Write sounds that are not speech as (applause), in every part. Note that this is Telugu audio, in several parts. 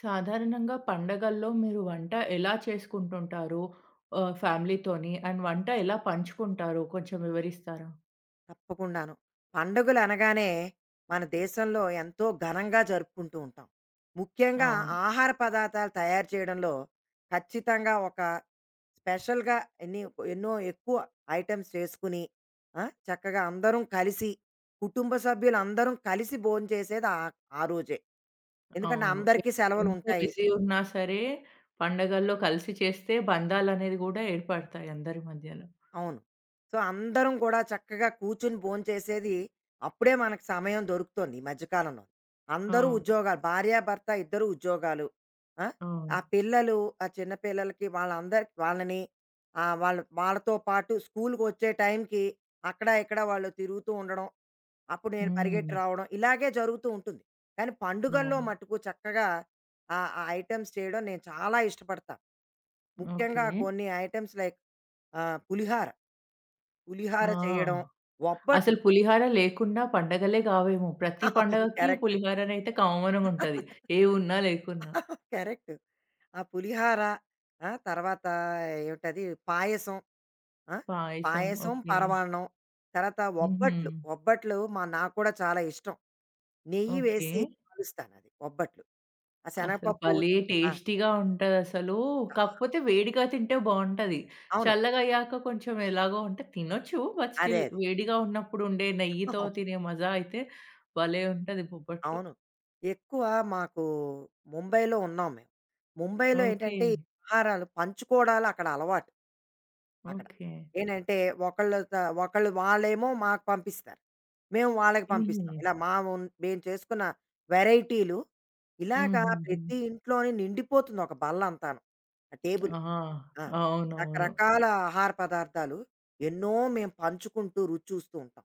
సాధారణంగా పండగల్లో మీరు వంట ఎలా చేసుకుంటుంటారు? ఫ్యామిలీతోని అండ్ వంట ఎలా పంచుకుంటారో కొంచెం వివరిస్తారా? తప్పకుండాను. పండుగలు అనగానే మన దేశంలో ఎంతో ఘనంగా జరుపుకుంటూ ఉంటాం. ముఖ్యంగా అవును. ఆహార పదార్థాలు తయారు చేయడంలో ఖచ్చితంగా ఒక స్పెషల్‌గా ఎన్ని ఎన్నో ఎక్కువ ఐటెమ్స్ చేసుకుని, చక్కగా అందరం కలిసి, కుటుంబ సభ్యులందరం కలిసి భోంచేసేది ఆ ఆ రోజే. ఎందుకంటే అవును. అందరికీ ఎంత సెలవులుంటాయి. బిజీ ఉన్నా సరే పండగల్లో కలిసి చేస్తే బంధాలనేవి గూడా ఏర్పడతాయి అందరి మధ్యలో. అవును. అందరం కూడా చక్కగా కూర్చొని భోంచేసేది అప్పుడే మనకు సమయం దొరుకుతోంది ఈ మధ్య కాలంలో. అందరూ అవును. ఉద్యోగాలు, భార్యాభర్త ఇద్దరు ఉద్యోగాలు. ఆ! అవును. ఆ పిల్లలు, ఆ చిన్న పిల్లలకి వాళ్ళని వాళ్ళతో పాటు స్కూలుకొచ్చే టైంకి అక్కడ, ఇక్కడ వాళ్ళు తిరుగుతూ ఉండడం. అప్పుడు నేను పరిగెట్టి హ్మ్. రావడం. ఇలాగే జరుగుతూ ఉంటుంది. కానీ పండుగల్లో అవును. మట్టుకు చక్కగా ఆ ఐటెమ్స్ చేయడం నేను చాలా ఇష్టపడతాను. ముఖ్యంగా ఓకే. కొన్ని ఐటెమ్స్ లైక్ పులిహార. పులిహార చేయడం, ఆ! అసలు ఒబ్బట్లు. పులిహార లేకుండా పండగలే కావేమో. ప్రతి అవును, పండగకి కరెక్ట్. పులిహారనైతే కామన్‌గుంటది. ఏ ఉన్నా లేకున్నా. కరెక్ట్. ఆ పులిహార, తర్వాత ఏమిటది, పాయసం. ఆ! పాయసం. పాయసం, ఓకే. పరమాన్నం. తర్వాత హుహు. ఒబ్బట్లు. ఒబ్బట్లు నాకు కూడా చాలా ఇష్టం. నెయ్యి ఓకే. వేసి కాలుస్తానది ఒబ్బట్లు. ఆ అసలు శనగపప్పు భలే ఆ! టేస్టీగా ఉంటదసలు. చా కాకపోతే వేడిగా తింటే బావుంటది. అవును. చల్లగయ్యాక కొంచెం ఎలాగో అంటే తినొచ్చు. బట్ అదే, స్టిల్ అదే. వేడిగా ఉన్నప్పుడు ఉండే నెయ్యితో అవును. తినే మజా అయితే భలే ఉంటది బొబ్బట్లు. అవును. ఎక్కువ మాకు ముంబైలో ఉన్నాం మేము. ముంబైలో ఓకే. ఏంటంటే, ఈ ఆహారాలు పంచుకోవడాలు అక్కడ అలవాటు. అక్కడ. ఓకే. ఏంటంటే ఒకళ్ళు త ఒకళ్ళు వాళ్ళేమో మాకు పంపిస్తారు. మేము వాళ్ళకి పంపిస్తాం. హుహు. ఇలా మా ఉన్ మేము చేసుకున్న వెరైటీలు ఇలాగా హుహుహు. ప్రతి ఇంట్లోని నిండిపోతుంది ఒక బల్ల అంతాను. ఆ టేబుల్. ఆ! ఆ! అవునవును. రకరకాల ఆహార పదార్థాలు ఎన్నో మేము పంచుకుంటూ రుచి చూస్తూ ఉంటాం.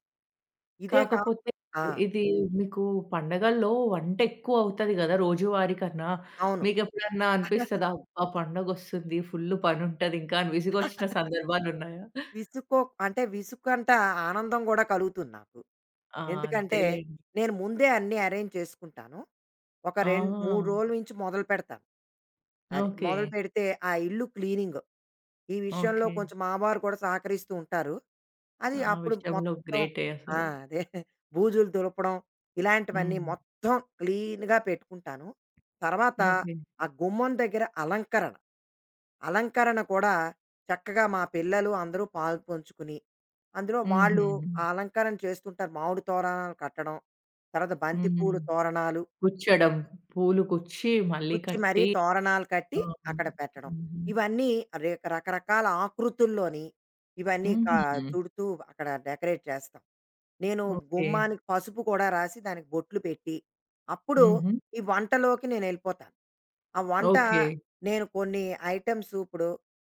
ఇదే కా కాకపోతే ఆ! ఇది మీకు పండగల్లో వంట ఎక్కువ అవుతది గదా! రోజువారీ కన్నా. అవును. మీకెప్పుడన్నా (laughs) అనిపిస్తదా? అబ్బా! పండగొస్తుంది. ఫుల్ పనుంటది ఇంకా అని విసుగొచ్చిన సందర్భాలున్నాయా? విసుకో అంటే విసుకంట ఆనందం గూడా కలుగుతుంది నాకు. ఆ! ఎందుకంటే, అంతేలేండి. నేను ముందే అన్నీ అరేంజ్ చేసుకుంటాను. ఒక 3 ఆ! రోజుల నుంచి మొదలుపెడతాను. అది. ఓకే. మొదలుపెడితే ఆ ఇల్లు క్లీనింగ్. ఈ విషయంలో ఓకే. కొంచెం మా వారు కూడా సహకరిస్తూ ఉంటారు. అది ఆ అప్పుడు విషయంలో మొత్తం. గ్రేటే ఆ! అసలు. అదే, బూజులు దులపడం, ఇలాంటివన్నీ హ్మ్. మొత్తం క్లీన్‌గా పెట్టుకుంటాను. తర్వాత ఓకే. ఆ గుమ్మం దగ్గర అలంకరణ. అలంకరణ కూడా చక్కగా మా పిల్లలు అందరూ పాలు పంచుకుని, అందులో వాళ్ళు హుహుహు. ఆ అలంకరణ చేస్తుంటారు. మామిడి తోరణాలు కట్టడం, తర్వాత బంతి హ్మ్. పూలు తోరణాలు, గుచ్చడం. పూలు గుచ్చి మళ్ళీ గుచ్చి మరీ కట్టి తోరణాలు కట్టి ఆ! అక్కడ పెట్టడం. హ్మ్. ఇవన్నీ రకరకాల ఆకృతుల్లోని ఇవన్నీ కా హుహు. చుడుతూ అక్కడ డెకరేట్ చేస్తాం. నేను ఓకే. గుమ్మానికి పసుపు కూడా రాసి దానికి బొట్లు పెట్టి, అప్పుడు హుహు. ఈ వంటలోకి నేనెళ్ళిపోతాను. ఆ వంట ఓకే. నేను కొన్ని ఐటెమ్స్ ఇప్పుడు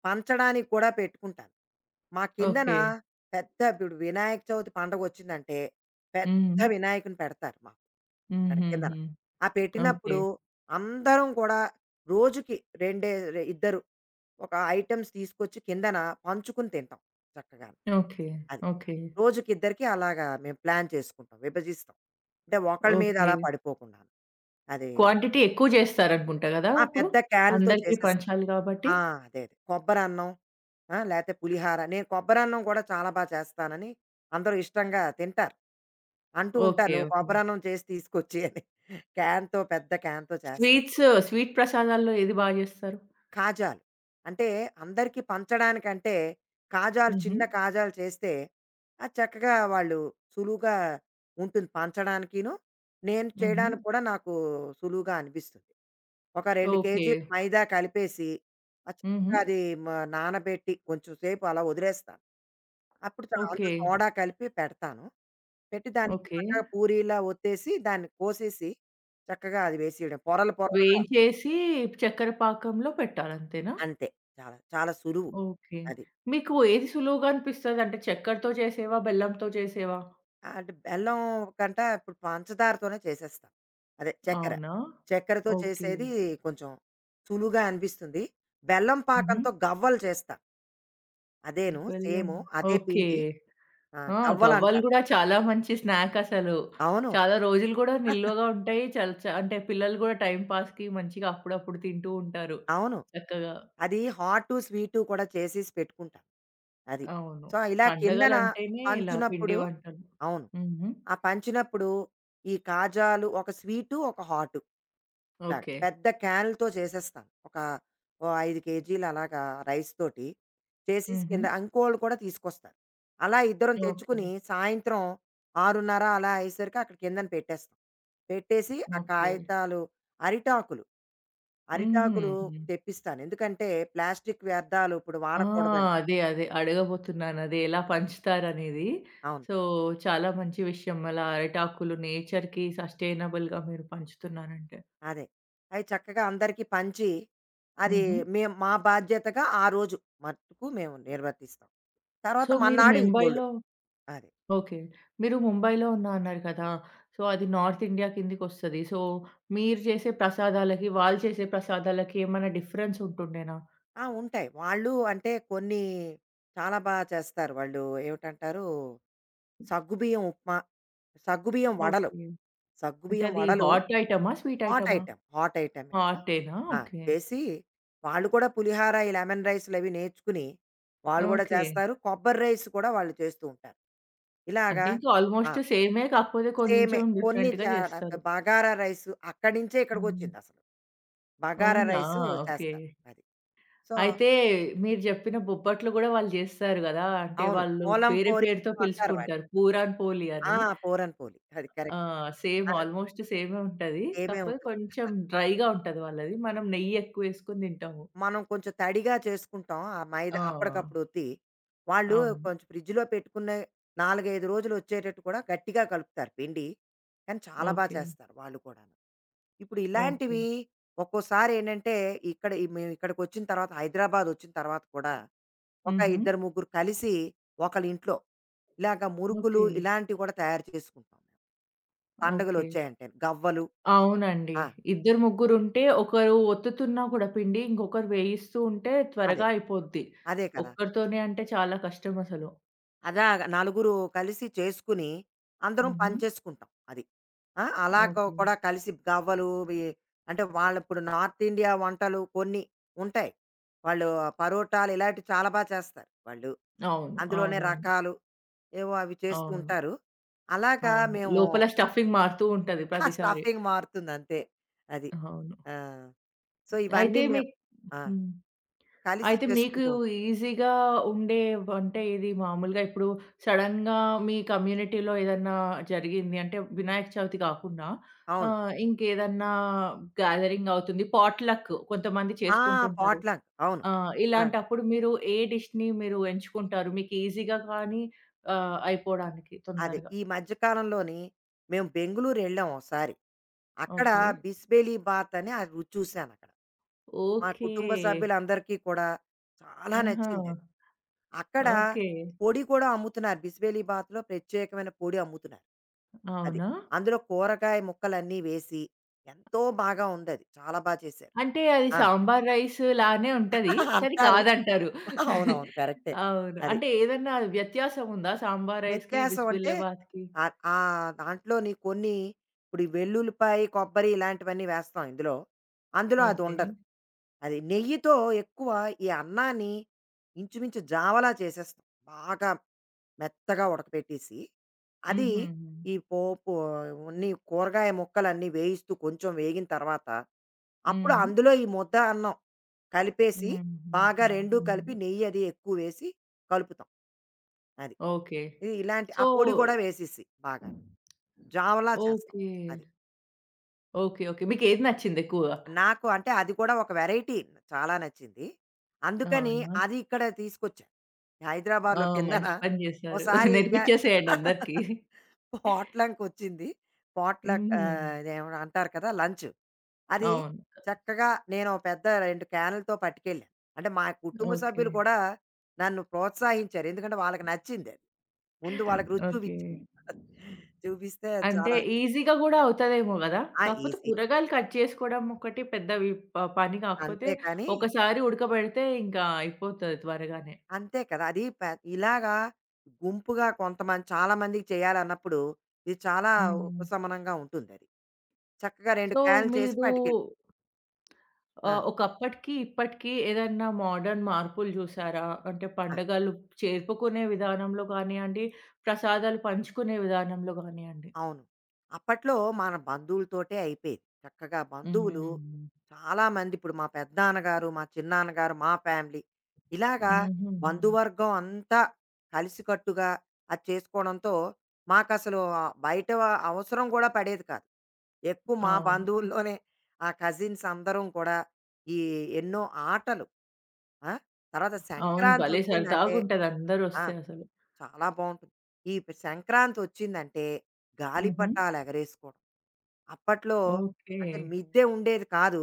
పంచడానికి కూడా పెట్టుకుంటాను. మా కిందన ఓకే. పెద్ద, ఇప్పుడు వినాయక చవితి పండగొచ్చిందంటే, పెద్ద హ్మ్. వినాయకుడిని పెడతారు మాకు ఇక్కడ కిందన. హుహుహు. ఆ ఓకే. పెట్టినప్పుడు అందరం కూడా రోజుకి రెండే 2 ఒక ఐటెమ్స్ తీసుకొచ్చి కిందన పంచుకుని తింటాం చక్కగాను. ఓకే. అది. ఓకే. రోజుకిద్దరికి అలాగా మేము ప్లాన్ చేసుకుంటాం. విభజిస్తాం. అంటే ఒకళ్ళ మీద ఓకే. అలా పడిపోకుండాను. అది. క్వాంటిటీ ఎక్కువ చేస్తారనుకుంటా గదా! అప్పుడు? పెద్ద క్యాన్‌తో అందరికి చేసేస్తాం. పంచాలి గాబట్టి. ఆ! అదే, అదే. కొబ్బరన్నం, లేతే పులిహార. నేను కొబ్బరన్నం కూడా చాలా బా చేస్తానని అందరూ ఇష్టంగా తింటారు. అంటూ ఉంటారు, ఓకే. "నువ్వు ఓకే. కొబ్బరన్నం చేసి తీసుకొచ్చెయి" అని. పెద్ద క్యాన్‌తో చేస్తాను. స్వీట్స్, స్వీట్ ప్రసాదాల్లో ఏది బా జేస్తారు? కాజాలు. అంటే అందరికీ పంచడానికంటే కాజాలు, హుహు. చిన్న కాజాలు చేస్తే అది చక్కగా వాళ్ళు సులువుగా ఉంటుంది పంచడానికిను. నేను హుహు. చేయడానికి కూడా నాకు సులువుగా అనిపిస్తుంది. ఒక 2 ఓకే. కేజీలు మైదా కలిపేసి, ఆ హుహు. చక్కగా అది మ నానబెట్టి కొంచెం సేపు అలా వదిలేస్తాను. అప్పుడు అందులో ఓకే. సోడా కలిపి పెడతాను. పెట్టి దానికి ఓకే. చక్కగా పూరీలా ఒత్తేసి దాన్ని కోసేసి చక్కగా అది వేసేయడం, పొరలు పొరలుగా. వేయించేసి చక్కెర పాకంలో పెట్టాలంతేనా? అంతే. చాలా చాలా సులువు. ఓకే. అది. మీకు ఏది సులువుగా అనిపిస్తది? అంటే చక్కెరతో చేసేవా? బెల్లంతో చేసేవా? అంటే బెల్లం కంట ఇప్పుడు పంచదారతోనే చేసేస్తాం. అదే చక్కెర. అవునా? చక్కెరతో ఓకే. చేసేది కొంచెం సులువుగా అనిపిస్తుంది. బెల్లం హుహు. పాకంతో గవ్వలు చేస్తా. అదేను, బెల్లం. సేము అదే ఓకే. పిండి. ఆ, ఆ! గవ్వలు గవ్వలంటారు. గూడా చాలా మంచి స్నాక్ అసలు. అవును. చాలా రోజులు గూడా నిల్వగా ఉంటాయి. చాలా అంటే పిల్లలు గూడా టైమ్ పాస్‌కి మంచిగా అప్పుడప్పుడు తింటూ ఉంటారు. అవును. చక్కగా. అది హాటు, స్వీటు కూడా చేసేసి పెట్టుకుంటాను. అది. అవును. సో, ఇలా కిందన పండగలంటేనే ఇలా పిండి పంచినప్పుడు వంటలు. అవును. హుహు. ఆ పంచినప్పుడు ఈ కాజాలు ఒక స్వీటు, ఒక హాటు. ఇలాగ ఓకే. పెద్ద క్యాన్‌లతో చేసేస్తాను. ఓ 5 కేజీలు అలాగా రైస్ తోటి చేసేసి హుహు. కింద ఇంకోళ్ళు కూడా తీసుకొస్తారు. అలా ఇద్దరం ఓకే. తెచ్చుకుని సాయంత్రం 6:30 అలా అయ్యేసరికి అక్కడ కిందన పెట్టేస్తాం. పెట్టేసి ఆ ఓకే. కాగితాలు, అరిటాకులు, అరిటాకులు హుహుహు. తెప్పిస్తాను. ఎందుకంటే ప్లాస్టిక్ వ్యర్థాలు ఇప్పుడు ఆ! వాడకూడదని. అదే. అదే. అడగబోతున్నాను. అదే ఎలా పంచుతారనేది. అవును. సో, చాలా మంచి విషయం. అలా అరిటాకులు నేచర్‌కి సస్టైనబుల్‌గా మీరు పంచుతున్నారంటే. అదే. అవి చక్కగా అందరికీ పంచి అది హుహు. మేము మా బాధ్యతగా ఆ రోజు మట్టుకు మేము నిర్వర్తిస్తాం. తర్వాత సో, మీరు మర్నాడు ఇంకోళ్ళు. ముంబైలో అది. ఓకే. మీరు ముంబైలో ఉన్నా అన్నారు కదా! సో, అది నార్త్ ఇండియా కిందకొస్తది. సో, మీరు చేసే ప్రసాదాలకి, వాళ్ళు చేసే ప్రసాదాలకి ఏమైనా డిఫరెన్స్ ఉంటుండేనా? ఉంటాయి. వాళ్ళు అంటే కొన్ని చాలా బా చేస్తారు. వాళ్ళు ఏమిటంటారు, సగ్గుబియ్యం ఉప్మా, సగ్గుబియ్యం వడలు, ఓకే. అంటే సగ్గుబియ్యం అది వడలు హాట్ ఐటమా? స్వీట్ హాట్ ఐటమా? ఐటెమ్, హాట్ ఐటెమ్ ఇప్పుడు. హాటేనా? ఆ! ఓకే. చేసి వాళ్ళు కూడా పులిహార, ఈ లెమన్ రైస్‌లు అవి నేర్చుకుని, వాళ్ళు కూడా ఓకే. చేస్తారు. కొబ్బరి రైస్ కూడా వాళ్ళు చేస్తూ ఉంటారు. ఇలాగా అంటే ఇంకా ఆ! ఆల్మోస్ట్ సేమే కాకపోతే సేమే కొంచెం కొన్ని డిఫరెంట్‌గా చాలా, చేస్తారు. బగారా రైసు అక్కడి నుంచే హ్మ్. ఇక్కడికొచ్చిందసలు. బగారా అవునా? Rice okay. చేస్తారు. అది. సో, అయితే మీరు చెప్పిన బొబ్బట్లు గూడా వాళ్ళు చేస్తారు గదా! అంటే అవును. వాళ్ళు పూలం వేరే పోరి పేరుతో ఏదో అంటారు వాటిని. పిలుచుకుంటారు. పూరన్ పోలి ఆ, అని. పూరన్ పోలి. అది ఆ! కరెక్ట్. సేమ్ ఆ, ఆల్మోస్ట్ సేమే ఉంటది. సేమే కాకపోతే ఉంటుంది. కొంచెం డ్రైగా ఉంటది వాళ్ళది. మనం నెయ్యి ఎక్కువేసుకొని తింటాము. మనం కొంచెం తడిగా చేసుకుంటాం. ఆ మైదా ఆ! అప్పటికప్పుడు రుద్ది, వాళ్ళు అవును. కొంచెం ఫ్రిడ్జ్‌లో పెట్టుకున్న 4, 5 రోజులు వచ్చేటట్టు కూడా గట్టిగా కలుపుతారు పిండి. కానీ చాలా బా ఓకే. చేస్తారు వాళ్ళు కూడాను. ఇప్పుడు ఓకే. ఇలాంటివి ఒక్కోసారి ఏంటంటే, ఇక్కడ ఈ- మేము ఇక్కడికొచ్చిన తర్వాత హైదరాబాద్ వచ్చిన తర్వాత కూడా ఒక హుహు. ఇద్దరు, ముగ్గురు కలిసి ఒకళ్ళ ఇంట్లో ఇలాగ మురుకులు ఓకే. ఇలాంటివి కూడా తయారు చేసుకుంటాం. ఓకే. పండగలొచ్చాయంటే. గవ్వలు. అవునండి. ఆ. ఇద్దరు ముగ్గురుంటే ఒకరు ఒత్తుతున్నా కూడా పిండి ఇంకొకరు వేయిస్తూ ఉంటే అదే. త్వరగా అయిపోద్ది. అదే కదా. ఒక్కరితోనే అంటే చాలా కష్టమసలు. అలాగ నలుగురు కలిసి చేసుకుని, అందరం హుహు. పంచేసుకుంటాం అది. ఆ! అలా కొ ఓకే. కూడా కలిసి గవ్వలు. అంటే వాళ్ళిప్పుడు నార్త్ ఇండియా వంటలు కొన్ని ఉంటాయి. వాళ్ళు పరోటాలు ఇలాంటివి చాలా బా చేస్తారు వాళ్ళు. అవును. అందులోనే అవునవును. రకాలు ఏవో అవి చేస్తూ అవును. ఉంటారు. అలాగా అవును. మేము లోపల స్టఫింగ్ మారుతూ ఉంటది (laughs) ప్రతిసారి. స్టఫింగ్ మారుతుందంతే. అది. అవును. ఆ! సో, ఇవన్నీ అయితే మేము మీకు ఆ! హ్మ్. కలిసి అయితే మీకు చేసుకుంటూ ఉంటాం. ఈజీగా ఉండే అంటే ఇది మామూలుగా ఇప్పుడు సడెన్‌గా మీ కమ్యూనిటీలో ఏదన్నా జరిగింది అంటే వినాయక చవితి కాకుండా అవును. ఇంకేదన్నా గ్యాదరింగ్ అవుతుంది. పాట్‌లక్ కొంతమంది ఆ! చేసుకుంటుంటారు. పాట్‌లక్. అవును. ఆ! ఆ! ఇలాంటప్పుడు మీరు ఏ డిష్‌ని మీరు ఎంచుకుంటారు? మీకు ఈజీగా కానీ అయిపోవడానికి అదే. తొందరగా? ఈ మధ్య కాలంలోని మేము బెంగుళూరు వెళ్ళాం ఒకసారి. అక్కడ ఓకే. బిస్బేలి బాత్ అని అది రుచి చూసానక్కడ. మా ఓకే. కుటుంబ సభ్యులందరికీ కూడా చాలా ఆహా! నచ్చిందది. అక్కడ ఓకే. పొడి కూడా అమ్ముతున్నారు. బిస్బేలి బాత్‌లో ప్రత్యేకమైన పొడి అమ్ముతున్నారు. అది. అవునా? అందులో కూరగాయ ముక్కలన్నీ వేసి ఎంతో బాగా ఉందది. చాలా బా చేశారు. అంటే అది ఆ, సాంబార్ రైస్ లానే ఉంటది. (laughs) కానీ అంటారు. కాదంటారు. అవునవును. కరెక్టే. అవును. అది. అంటే ఏదన్నా వ్యత్యాసం ఉందా? సాంబార్ రైస్‌కి, వ్యత్యాసం అంటే బిస్మిల్లా బాత్‌కి? ఆ ఆ దాంట్లోని కొన్ని, ఇప్పుడు ఈ వెల్లుల్లిపాయ, కొబ్బరి ఇలాంటివన్నీ వేస్తాం ఇందులో. అందులో అది ఓకే. ఉండదు. అది నెయ్యితో ఎక్కువ ఈ అన్నాన్ని ఇంచుమించు జావలా చేసేస్తాం. బాగా మెత్తగా ఉడకపెట్టేసి, అది హుహు. ఈ పోపు, అన్నీ కూరగాయ ముక్కలన్నీ వేయిస్తూ కొంచెం వేగిన తర్వాత, అప్పుడు హ్మ్. అందులో ఈ ముద్ద అన్నం కలిపేసి, హ్మ్. బాగా హ్మ్. రెండూ కలిపి హ్మ్. నెయ్యి అది ఎక్కువ వేసి కలుపుతాం. అది. ఓకే. ఇది ఇలాంటి ఆ సో పొడి గూడా వేసేసి బాగాను. జావలా చేస్తాం. ఓకే. అది. ఓకే. ఓకే. మీకేది నచ్చింది ఎక్కువగా? నాకు అంటే అది కూడా ఒక వెరైటీ, చాలా నచ్చింది. అందుకని అవునా? అది ఇక్కడ తీసుకొచ్చా. ఆ! హైదరాబాద్‌లో కిందన మంచి పని చేశారు. ఓసారి ఇక నేర్పించేసేయండి అందరికి. (laughs) పాట్‌లంకొచ్చింది. పాట్‌లక్, హ్మ్. ఇదేమో అంటారు కదా, లంచ్. అది అవును. చక్కగా నేను ఓ పెద్ద 2 క్యానులతో పట్టుకెళ్ళాను. అంటే మా కుటుంబ ఓకే. సభ్యులు కూడా నన్ను ప్రోత్సహించారు. ఎందుకంటే వాళ్ళకి నచ్చిందది. ముందు వాళ్ళకి రుచి ఓకే. చూపించా. (laughs) చూపిస్తే అంటే చాలా ఈజీగా గూడా అవుతదేమో గదా! కాకపోతే ఈజీ. కూరగాయలు కట్ చేసుకోవడం ఒకటి పెద్ద వి ప పని కాకపోతే అంతే కానీ ఒకసారి ఉడకబెడితే ఇంకా అయిపోతది త్వరగానే. అంతే కదా. అది ప ఇలాగా గుంపుగా కొంతమంది, చాలా మందికి చేయాలన్నప్పుడు ఇది చాలా హ్మ్. ఉపశమనంగా ఉంటుందది. చక్కగా 2 సో, క్యానులు చేసి మీరు పట్టుకెళ్ళి. ఆ! ఒకప్పటికి ఇప్పటికి ఏదన్నా మోడర్న్ మార్పులు జూసారా? అంటే ఆ! పండగలు చేరుపుకునే విధానంలో గానియ్యండి, ప్రసాదాలు పంచుకునే విధానంలో గానియ్యండి. అవును. అప్పట్లో మన బంధువులతోటే అయిపోయేది. చక్కగా బంధువులు హ్మ్. చాలామంది, ఇప్పుడు మా పెదనాన్నగారు, మా చిన్నాన్నగారు, మా ఫ్యామిలీ, ఇలాగా హుహుహు. బంధువర్గం అంతా కలిసికట్టుగా అది చేసుకోవడంతో మాకసలు బయట అవసరం గూడా పడేది కాదు. ఎక్కువ మా అవును. బంధువుల్లోనే ఆ కజిన్స్ అందరం కూడా ఈ ఎన్నో ఆటలు. ఆ! తర్వాత అవును. భలే సంక్రాంతొచ్చిందంటే సరదాగుంటది ఆ! అందరొస్తే అసలు. చాలా బావుంటుంది. ఈ సంక్రాంతొచ్చిందంటే హుహు. గాలిపటాలు ఎగరేసుకోవడం. అప్పట్లో ఓకే. అంటే మిద్దె ఉండేది కాదు.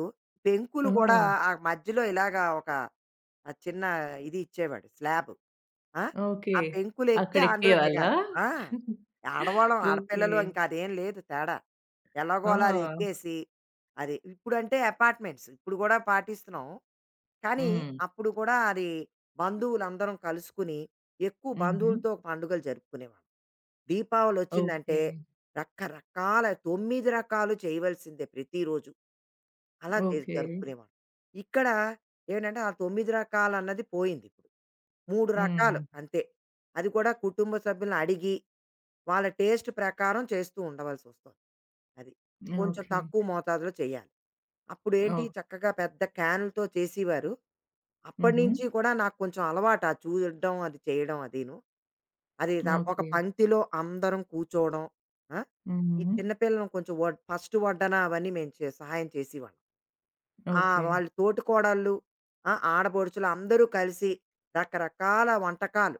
ఆ! పెంకులు గూడా ఆ మధ్యలో ఇలాగా ఒక, ఆ చిన్న, ఇది ఇచ్చేవాడు స్లాబ్. ఆ! ఓకే. ఆ పెంకులెక్కి అందులో అక్కడెక్కేవాళ్ళా? దిగాలి. ఆ. ఆడవాళ్ళం, ఓకే. ఆడపిల్లలు, ఇంకా అదేం లేదు తేడా. ఎలాగోలా అది ఆ! ఎక్కేసి అది, ఇప్పుడంటే అపార్ట్‌మెంట్స్, ఇప్పుడు గూడా పాటిస్తున్నాం. కానీ హ్మ్. అప్పుడు కూడా అది బంధువులందరం కలుసుకుని ఎక్కువ హుహు. బంధువులతో పండుగలు జరుపుకునేవాళ్ళం. దీపావళొచ్చిందంటే ఓకే. రకరకాల, 9 రకాలు చేయవలసిందే ప్రతిరోజు. అలా చేసి ఓకే. జరుపుకునేవాళ్ళం. ఇక్కడ ఏమిటంటే ఆ 9 రకాలన్నది పోయిందిప్పుడు. 3 రకాలు హ్మ్. అంతే. అది కూడా కుటుంబ సభ్యులను అడిగి, వాళ్ళ టేస్ట్ ప్రకారం చేస్తూ ఉండవలసొస్తుంది. అది. కొంచెం ఓకే. తక్కువ మోతాదులో చేయాలి. అప్పుడేంటి ఓహ్! చక్కగా పెద్ద క్యానులతో చేసేవారు. హుహు. అప్పటినుంచి కూడా నాకు కొంచెం అలవాటు, ఆ చూడడం, అది చేయడం అదీను. అది త ఒక ఓకే. పంక్తిలో అందరం కూర్చోవడం. ఆ. ఈ హుహు. చిన్న పిల్లలను కొంచెం ఫస్ట్ వడ్డన అవన్నీ మేము సహాయం చేసేవాళ్ళం. ఆ, ఓకే. వాళ్ళు తోటికోడళ్ళు, ఆ, ఆడపడుచులు అందరూ కలిసి రకరకాల వంటకాలు.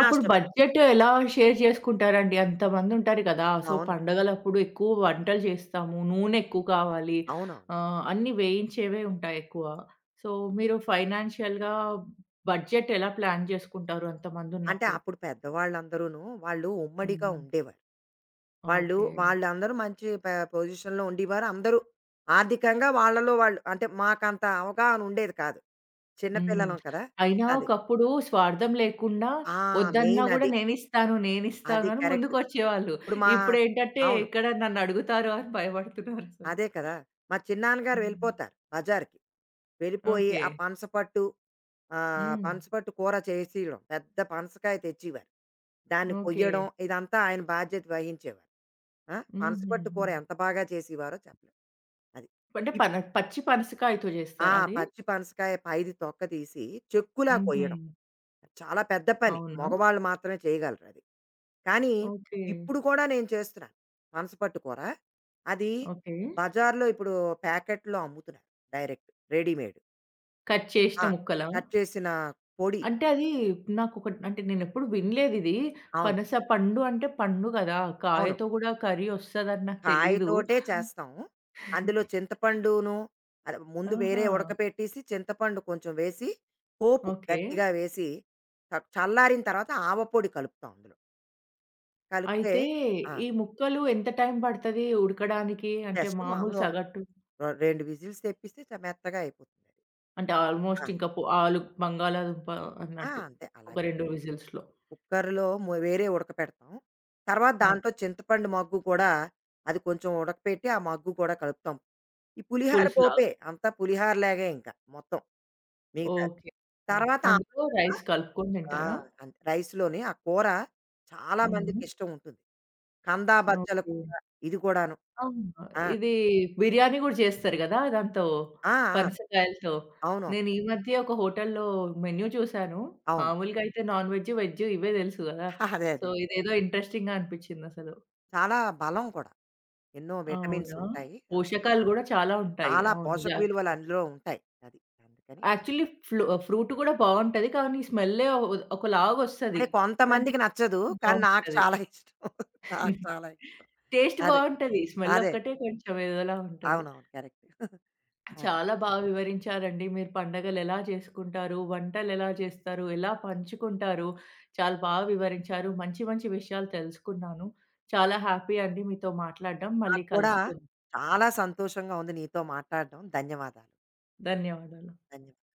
అప్పుడు బడ్జెట్ ఎలా షేర్ చేసుకుంటారండి? అంతమందుంటారు కదా! సో, అవును. పండగలప్పుడు ఎక్కువ వంటలు చేస్తాము. నూనె ఎక్కువ కావాలి. అవునవును. అన్నీ వేయించేవే ఉంటాయి ఎక్కువ. సో, మీరు ఫైనాన్షియల్‌గా బడ్జెట్ ఎలా ప్లాన్ చేసుకుంటారు అంటే అంతమందున్నప్పుడు? అప్పుడు పెద్దవాళ్ళందరూను వాళ్ళు ఉమ్మడిగా అవును. ఉండేవారు. వాళ్ళు ఓకే. వాళ్ళందరూ మంచి పొజిషన్‌లో ఉండేవారు. అందరూ ఆర్థికంగా వాళ్ళలో వాళ్ళు, అంటే మాకంత అవగాహన ఉండేది కాదు. చిన్న హ్మ్. పిల్లలం కదా. అయినా అది. ఒకప్పుడు స్వార్థం లేకుండా ఆ, వద్దన్నా మెయిన్ గూడా అది. నేనిస్తాను, నేనిస్తాను అది అని కరెక్ట్. ముందుకొచ్చేవాళ్ళు. ఇప్పుడు మా ఇప్పుడేంటంటే అవును. ఎక్కడ నన్నడుగుతారో అని భయపడుతున్నారసలు. అదే కదా. మా చిన్నాన్నగారు హ్మ్. వెళ్ళిపోతారు బజార్‌కి. వెళ్ళిపోయి ఓకే. ఆ పనసపట్టు, ఆ, హ్మ్. పనసపట్టు కూర చేసియడం. పెద్ద పనసకాయ తెచ్చేవారు. దాన్ని ఓకే. కొయ్యడం, ఇదంతా ఆయన బాధ్యత వహించేవారు. ఆ, పనసపట్టు హుహుహు. కూర ఎంత బాగా చేసేవారో చెప్పలేం. అది. అంటే ఇప్ పచ్చి పనసకాయతో ఆ! జేస్తారా అది? పచ్చి పనసకాయ పైది తొక్క తీసి చెక్కులా హుహు. కొయ్యడం. చాలా పెద్ద పని. అవునా? మగవాళ్ళు మాత్రమే చేయగలరు అది. కానీ ఓకే. ఇప్పుడు కూడా నేను చేస్తున్నాను. పనసపట్టు కూర. అది ఓకే. బజార్‌లో ఇప్పుడు ప్యాకెట్‌లో అమ్ముతున్నారు. Direct readymade. కట్ ఆ, చేసిన ముక్కలా? కట్ చేసిన పొడి. అంటే అది నాకొక అంటే నేనెప్పుడు వినలేదిది. అవును. పనస పండు అంటే పండు గదా! అవును. కాయతో గూడా కర్రీ ఒస్తదని నాకు తెలీదు. కాయతోటే చేస్తాం. అందులో చింతపండును అది ముందు వేరే ఆహా! ఉడకపెట్టేసి, చింతపండు కొంచెం వేసి, పోపు ఓకే. గట్టిగా వేసి చల్లారిన తర్వాత ఆవపొడి కలుపుతాం అందులో. కలిపితే అయితే ఆ, ఈ ముక్కలు ఎంత టైం పడతది ఉడకడానికి? అంటే జస్ట్ మామూలు మామూలుగా సగటు ఓ 2 విజిల్స్ తెప్పిస్తే మెత్తగా అయిపోతుంది. అది. అంటే ఆ. ఆల్‌మోస్ట్ ఇంకా ఆలు బంగాళాదుంప ఆ. అన్నట్టు. అంతే ఒక అలాగే 2 విజిల్స్‌లో. కుక్కర్‌లో వేరే ఉడకపెడతాం. తర్వాత ఓకే. దాంట్లో చింతపండు మగ్గు కూడా అది కొంచెం ఉడకపెట్టి ఆ మగ్గు కూడా కలుపుతాం. ఈ పులిహార పులుసులాగా. పోపే అంతా పులిహార లాగే ఇంకా మొత్తం మిగతాది. ఓకే. తర్వాత అందులో ఆవకాయ. రైస్ కలుపుకొని ఆ, తింటారా? అంతే. రైస్‌లోని ఆ కూర చాలా హుహు. మందికిష్టం ఉంటుంది. కందా బచ్చల ఓకే. కూర ఇది కూడాను. అవును. ఆ. ఇది బిర్యానీ గూడా చేస్తారు గదా! దాంతో ఆ. ఆ. పనసకాయలతో. అవునవును. నేను ఈ మధ్య ఒక హోటల్‌లో మెన్యూ చూసాను. అవును. మామూలుగా అయితే నాన్ వెజ్, వెజ్ ఇవే తెలుసు గదా! (laughs) అదే. సో, అదే. ఇదేదో ఇంట్రెస్టింగ్‌గా అనిపించిందసలు. చాలా బలం కూడా. ఎన్నో విటమిన్స్ అవునా? ఉంటాయి. చాలా, పోషకాలు గూడా చాలా ఉంటాయి. చాలా అవును. పోషక జాక్ విలువలు ఫ్రూట్‌లో. అందులో ఉంటాయి. అది. అందుకని యాక్చువల్లీ ఫ్రూట్ గూడా బావుంటది. కానీ స్మెల్లే ఒకలాగొస్తది. అదే కానీ కొంతమందికి నచ్చదు. టేస్ట్ కానీ నాకు బావుంటది. చాలా ఇష్టం. (laughs) నాకు (laughs) చాలా ఇష్టం. టేస్ట్ అదే. బావుంటది. స్మెల్ అదే. ఒక్కటే కొంచెం ఏదోలా ఉంటది. అవునవును. కరెక్ట్. (laughs) అదే. చాలా బాగా వివరించారండి. మీరు పండగలెలా చేసుకుంటారు? వంటలెలా చేస్తారు? ఎలా పంచుకుంటారు? చాలా బాగా వివరించారు. మంచి మంచి విషయాలు తెలుసుకున్నాను. చాలా హ్యాపీ అండి మీతో మాట్లాడడం. మళ్ళీ నాకు కూడా కలుసుకుందాం. చాలా సంతోషంగా ఉంది నీతో మాట్లాడడం. ధన్యవాదాలు. ధన్యవాదాలు. ధన్యవాదాలు.